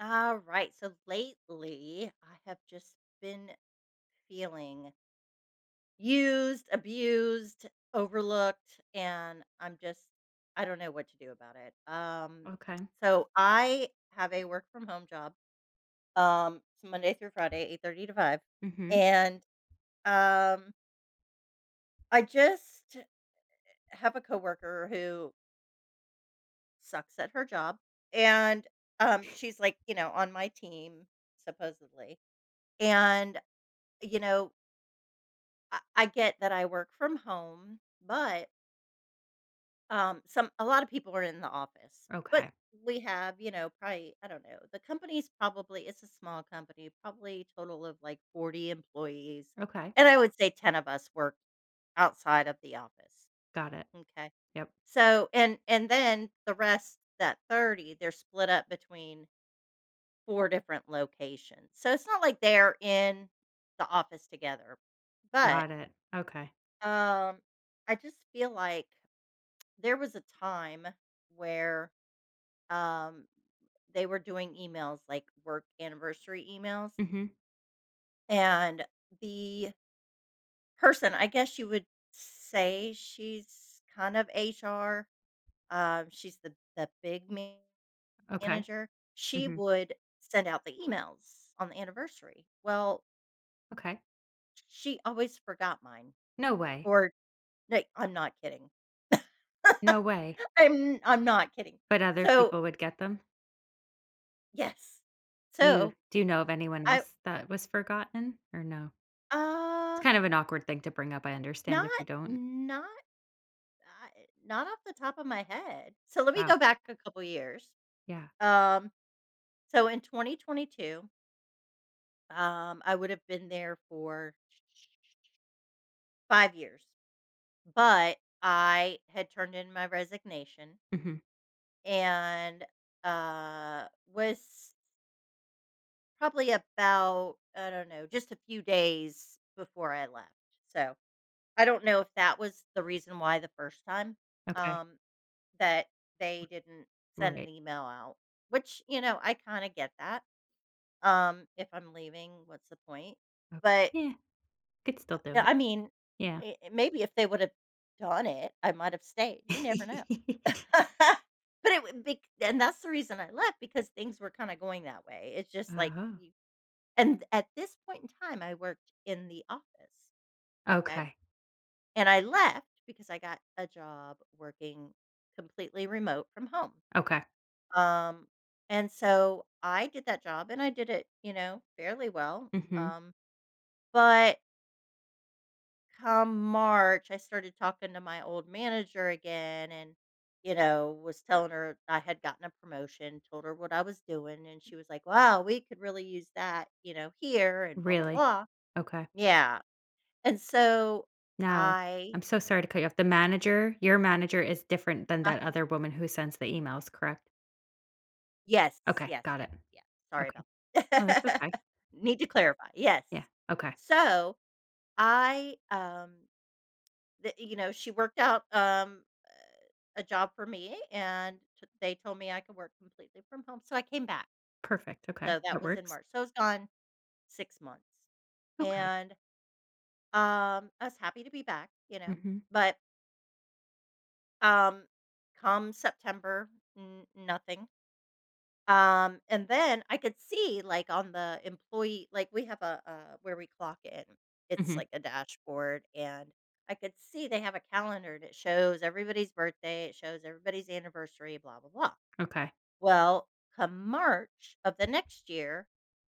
All right. So lately, I have just been feeling used, abused, overlooked, and I don't know what to do about it. Um, Okay. so I have a work from home job. It's Monday through Friday, 8:30 to 5. Mhm. And um, I just have a coworker who sucks at her job. And she's like, you know, on my team, supposedly. And, you know, I get that I work from home, but, some a lot of people are in the office. But Okay. we have, you know, probably, I don't know, the company's probably it's a small company, probably total of like 40 employees, Okay. and I would say 10 of us work outside of the office. Got it. Okay, Yep. so, and then the rest, that 30, they're split up between 4 different locations. So, it's not like they're in the office together, but Got it. Okay. Um, I just feel like there was a time where um they were doing emails, like work anniversary emails, Mhm. and the person, I guess you would say she's kind of HR, she's the Okay. manager. She Mhm. would send out the emails on the anniversary. Well, Okay. she always forgot mine, No way. or like, I'm not kidding. No way. I'm not kidding. But other So people would get them? yes. Do you So, do you know of anyone I else that was forgotten or no? It's uh, kind of an awkward thing to bring up, I understand not if you don't. not I not off the top of my head. So let me Wow. go back a couple years. Yeah. Um, so in 2022, I would have been there for 5 years, but I had turned in my resignation Mhm. and, was probably about, I don't know, just a few days before I left. So, I don't know if that was the reason why the first time, Okay. um, that they didn't send an Right. email out, which, you know, I kind of get that. If I'm leaving, what's the point? Oh, But yeah. Could still do yeah, it. I mean, Yeah. Maybe if they would have done it, I might have stayed. You never know. But it would be, and that's the reason I left, because things were kind of going that way. It's just like Oh. you, and at this point in time, I worked in the office. Okay. Okay. And I left because I got a job working completely remote from home. Okay. Um, and so I did that job and I did it, you know, fairly well. Mhm. But come March, I started talking to my old manager again and, you know, was telling her I had gotten a promotion, told her what I was doing. And she was like, wow, we could really use that, you know, here and blah, blah, Really? blah. Okay. Yeah. And so Now, I, I'm so sorry to cut you off. The manager your manager is different than uh that huh. other woman who sends the emails, correct? Yes, Okay, yes, got it. yes, yes. Sorry Okay. about No, that's that. okay. Need to clarify. Yes. Yeah, okay. So I, the you know, she worked out, a job for me, and t they told me I could work completely from home, so I came back. Perfect, okay, So that that was in works. March. So I was gone 6 months, Okay. and, I was happy to be back, you know. Mhm, But, um, come September, n nothing. And then I could see, like, on the employee, like, we have a where we clock in. It's mhm, like a dashboard, and I could see they have a calendar, and it shows everybody's birthday, it shows everybody's anniversary, blah blah blah. okay. Well, come March of the next year,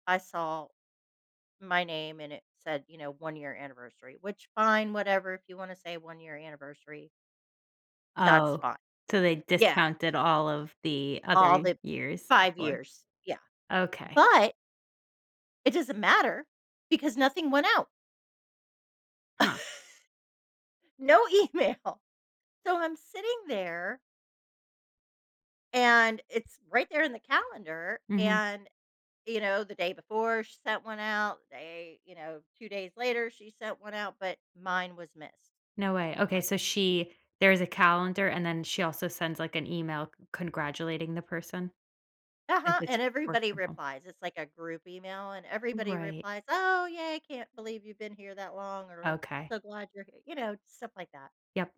I saw my name, and it said, you know, 1 year anniversary, which fine, whatever, if you wanna say 1 year anniversary, that's Oh, fine. so they Yeah, discounted all of the other all the years 5 before. years, yeah. Okay. But it doesn't matter, because nothing went out. Huh. No email. So I'm sitting there and it's right there in the calendar, Mhm. and you know, the day before she sent one out, the day, you know, 2 days later she sent one out, but mine was missed. No way. I'm Okay, like, so she there's a calendar, and then she also sends, like, an email c congratulating the person since "Uh-huh," it's and work everybody from home. replies. It's like a group email and everybody Right. replies, "Oh, yay, can't believe you've been here that long," or Okay. "So glad you're here," you know, stuff like that. Yep.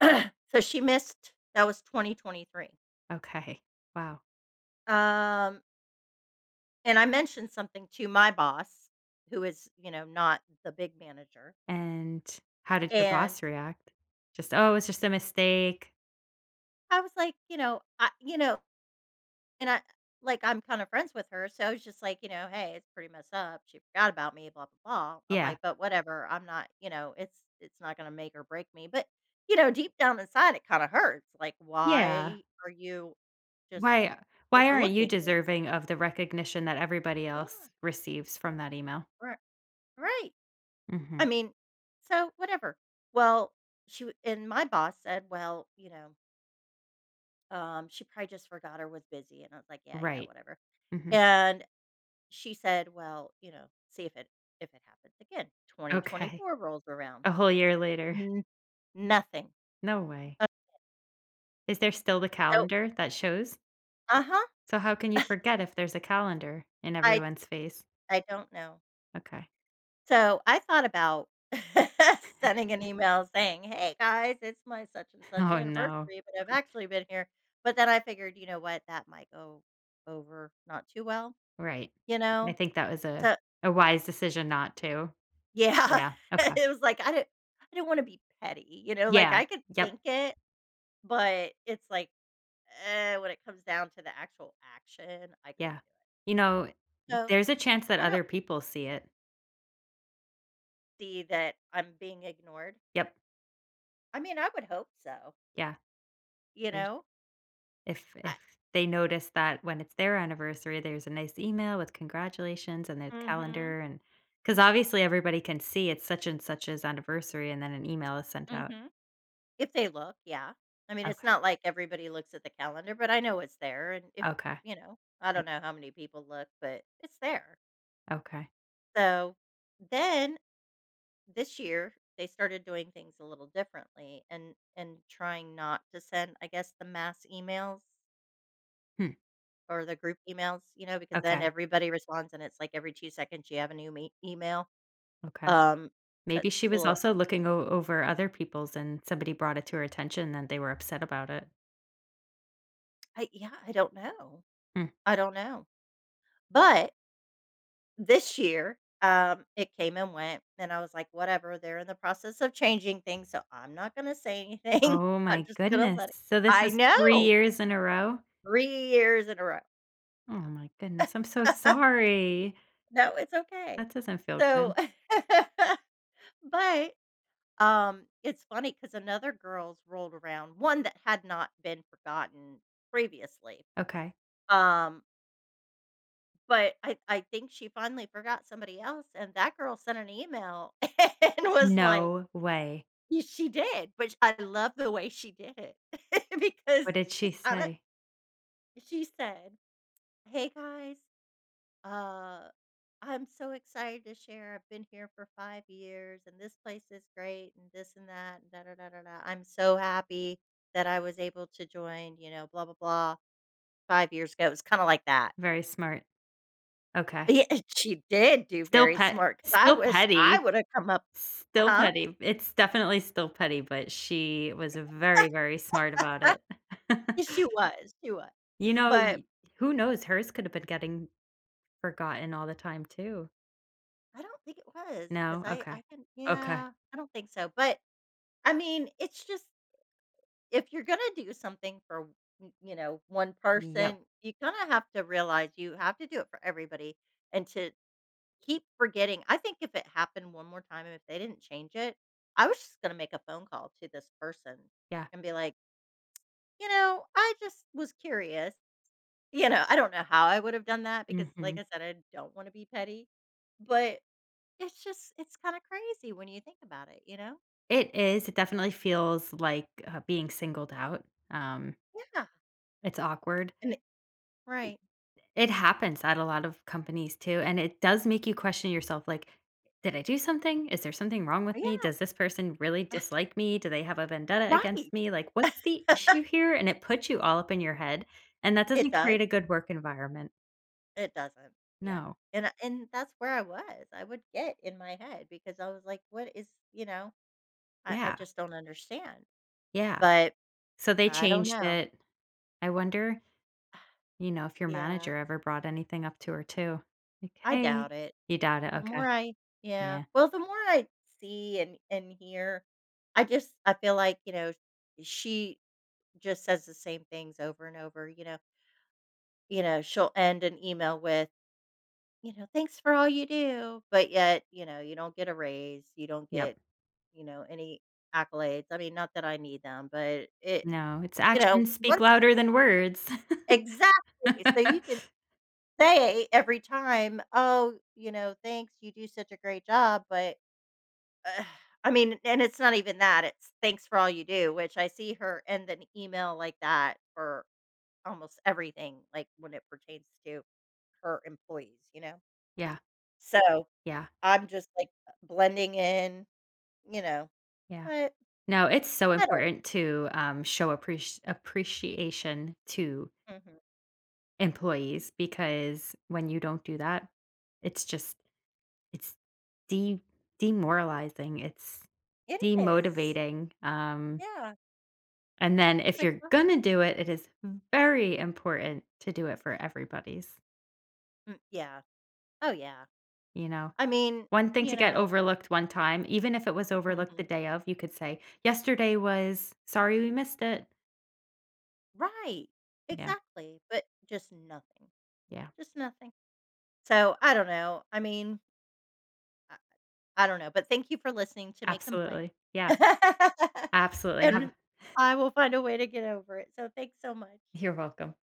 So she missed That was 2023. Okay. Wow. Um, And I mentioned something to my boss, who is, you know, not the big manager, And how did your and boss react? Just, "Oh, it's just a mistake." I was like, you know, I you know, and I like, I'm kinda friends with her, so I was just like, you know, "Hey, it's pretty messed up, she forgot about me, blah, blah, blah." I'm Yeah. like, "But whatever, I'm not you know, it's not gonna make or break me." But, you know, deep down inside, it kinda hurts, like, Yeah. why are you just Why why aren't you overlooking me? deserving of the recognition that everybody Yeah, else receives from that email? right, right. I Mhm. mean, so whatever. Well, and my boss said, well, you know, she probably just forgot or was busy. And I was like, yeah, yeah, Right. whatever. Mhm. And she said, well, you know, see if it happens again. Okay. 2024 rolls around. A whole year later. Mhm. Nothing. No way. Uh, Is there still the So, calendar that shows? uh-huh. So how can you forget if there's a calendar in I everyone's face? I don't know. Okay. So, I thought about sending an email saying, "Hey, guys, it's my such and such Oh, no. anniversary, but I've actually been here." But then I figured, you know what, that might go over not too well, Right. you I know? think that was a So a wise decision not to. yeah. Yeah. Okay. It was like, I didn't wanna be petty, you know? Like, Yeah. I could Yep. think it, but it's like, eh, when it comes down to the actual action, I couldn't Yeah. do it. You know, So, there's a chance that I don't other people see it. see that I'm being ignored. Yep. I mean, I would hope so, Yeah. you There's know? if I if they notice that when it's their anniversary, there's a nice email with congratulations and their mhm. calendar and because obviously everybody can see it's such and such's anniversary and then an email is sent out. Mhm. If they look, yeah. I mean, it's Okay. not like everybody looks at the calendar, but I know it's there, and if, Okay. you know, I don't Yep. know how many people look, but it's there. Okay. So, then this year, they started doing things a little differently, and trying not to send, I guess, the mass emails Hmm. or the group emails, you know, because then Okay. everybody responds, and it's like every 2 seconds you have a new me email. Okay. Um, so Maybe she it's a was little also looking over other people's and somebody brought it to her attention and they were upset about it. I yeah, I don't know. I don't know. But this year, it came and went, and I was like, "Whatever, they're in the process of changing things, so I'm not gonna say anything. Oh I'm my just gonna goodness. let it." So this I is 3 know! years in a row? 3 years in a row. Oh my goodness, I'm so Yeah. sorry. No, it's okay. That doesn't feel good. So but, it's funny because another girls rolled around, one that had not been forgotten previously. Okay. um, but I think she finally forgot somebody else, and that girl sent an email and was like, No way. Y she did, but sh I love the way she did it. Because What did she it kinda say? she said, "Hey, guys, uh, I'm so excited to share. I've been here for 5 years, and this place is great and this and that and da da da da da. I'm so happy that I was able to join, you know, blah, blah, blah, 5 years ago." It was kinda like that. Very smart. Okay. Yeah, she did do very smart, because I Still wish I petty. woulda come up. Still Huh? petty. It's definitely still petty, but she was very, very smart about it. She was, she was. You know, But y who knows? Hers could have been getting forgotten all the time too. I don't think it was, because No? Okay. I can, Okay. yeah, I don't think so. But, I mean, it's just, if you're gonna do something for, y you know, one Yep. person, you kinda have to realize you have to do it for everybody. And to keep forgetting, I think if it happened one more time, and if they didn't change it, I was just gonna make a phone call to this person Yeah. and be like, "You know, I just was curious." You know, I don't know how I would have done that, because, like Mhm. I said, I don't wanna be petty. But it's just, it's kinda crazy when you think about it, you know? It is, it definitely feels like, being singled out, um, Yeah, it's awkward. and it right. It happens at a lot of companies too, and it does make you question yourself, like, "Did I do something? Is there something wrong with me? Yeah. Does this person really dislike me? Do they have a vendetta against Right. me? Like, what's the issue here?" And it puts you all up in your head, and that It doesn't does. create a good work environment. It doesn't. Yeah, No. and I and that's where I was. I would get in my head because I was like, "What is," you know? I Yeah, just don't understand, yeah. but So they I don't changed know. it. I wonder, you know, if your Yeah, manager ever brought anything up to her too. Like, I "Hey." doubt it. You doubt it, The more okay. I yeah. Yeah. Well, the more I see, and hear, I just, I feel like, you know, she just says the same things over and over, you know? You know, she'll end an email with, you know, "Thanks for all you do," but yet, you know, you don't get a raise, you don't Yep. get, you know, any accolades. I mean, not that I need them, but it, No, it's you know, actions speak once louder than words. exactly. So you can say every time, "Oh, you know, thanks, you do such a great job," but uh, I mean, and it's not even that, it's "Thanks for all you do," which I see her end an email like that for almost everything, like, when it pertains to her employees, you know? Yeah, So, yeah, I'm just, like, blending in, you know, yeah. but No, it's so I don't important to, show appreciation to mhm. employees because when you don't do that, it's just it's de demoralizing, it's It is. demotivating, Yeah. and then It's if like, you're well gonna do it, it is very important to do it for everybody's, mm, yeah. Oh, yeah. you know? I mean, One thing to you get know overlooked one time, even if it was overlooked the mhm. day of, you could say, "Yesterday was sorry we missed it." Right. Yeah, Exactly, but just nothing. yeah, Just nothing. So, I don't know. I mean, I I don't know, but thank you for listening to me complain. absolutely. Yeah, absolutely. Have And I will find a way to get over it. So, thanks so much. you're welcome.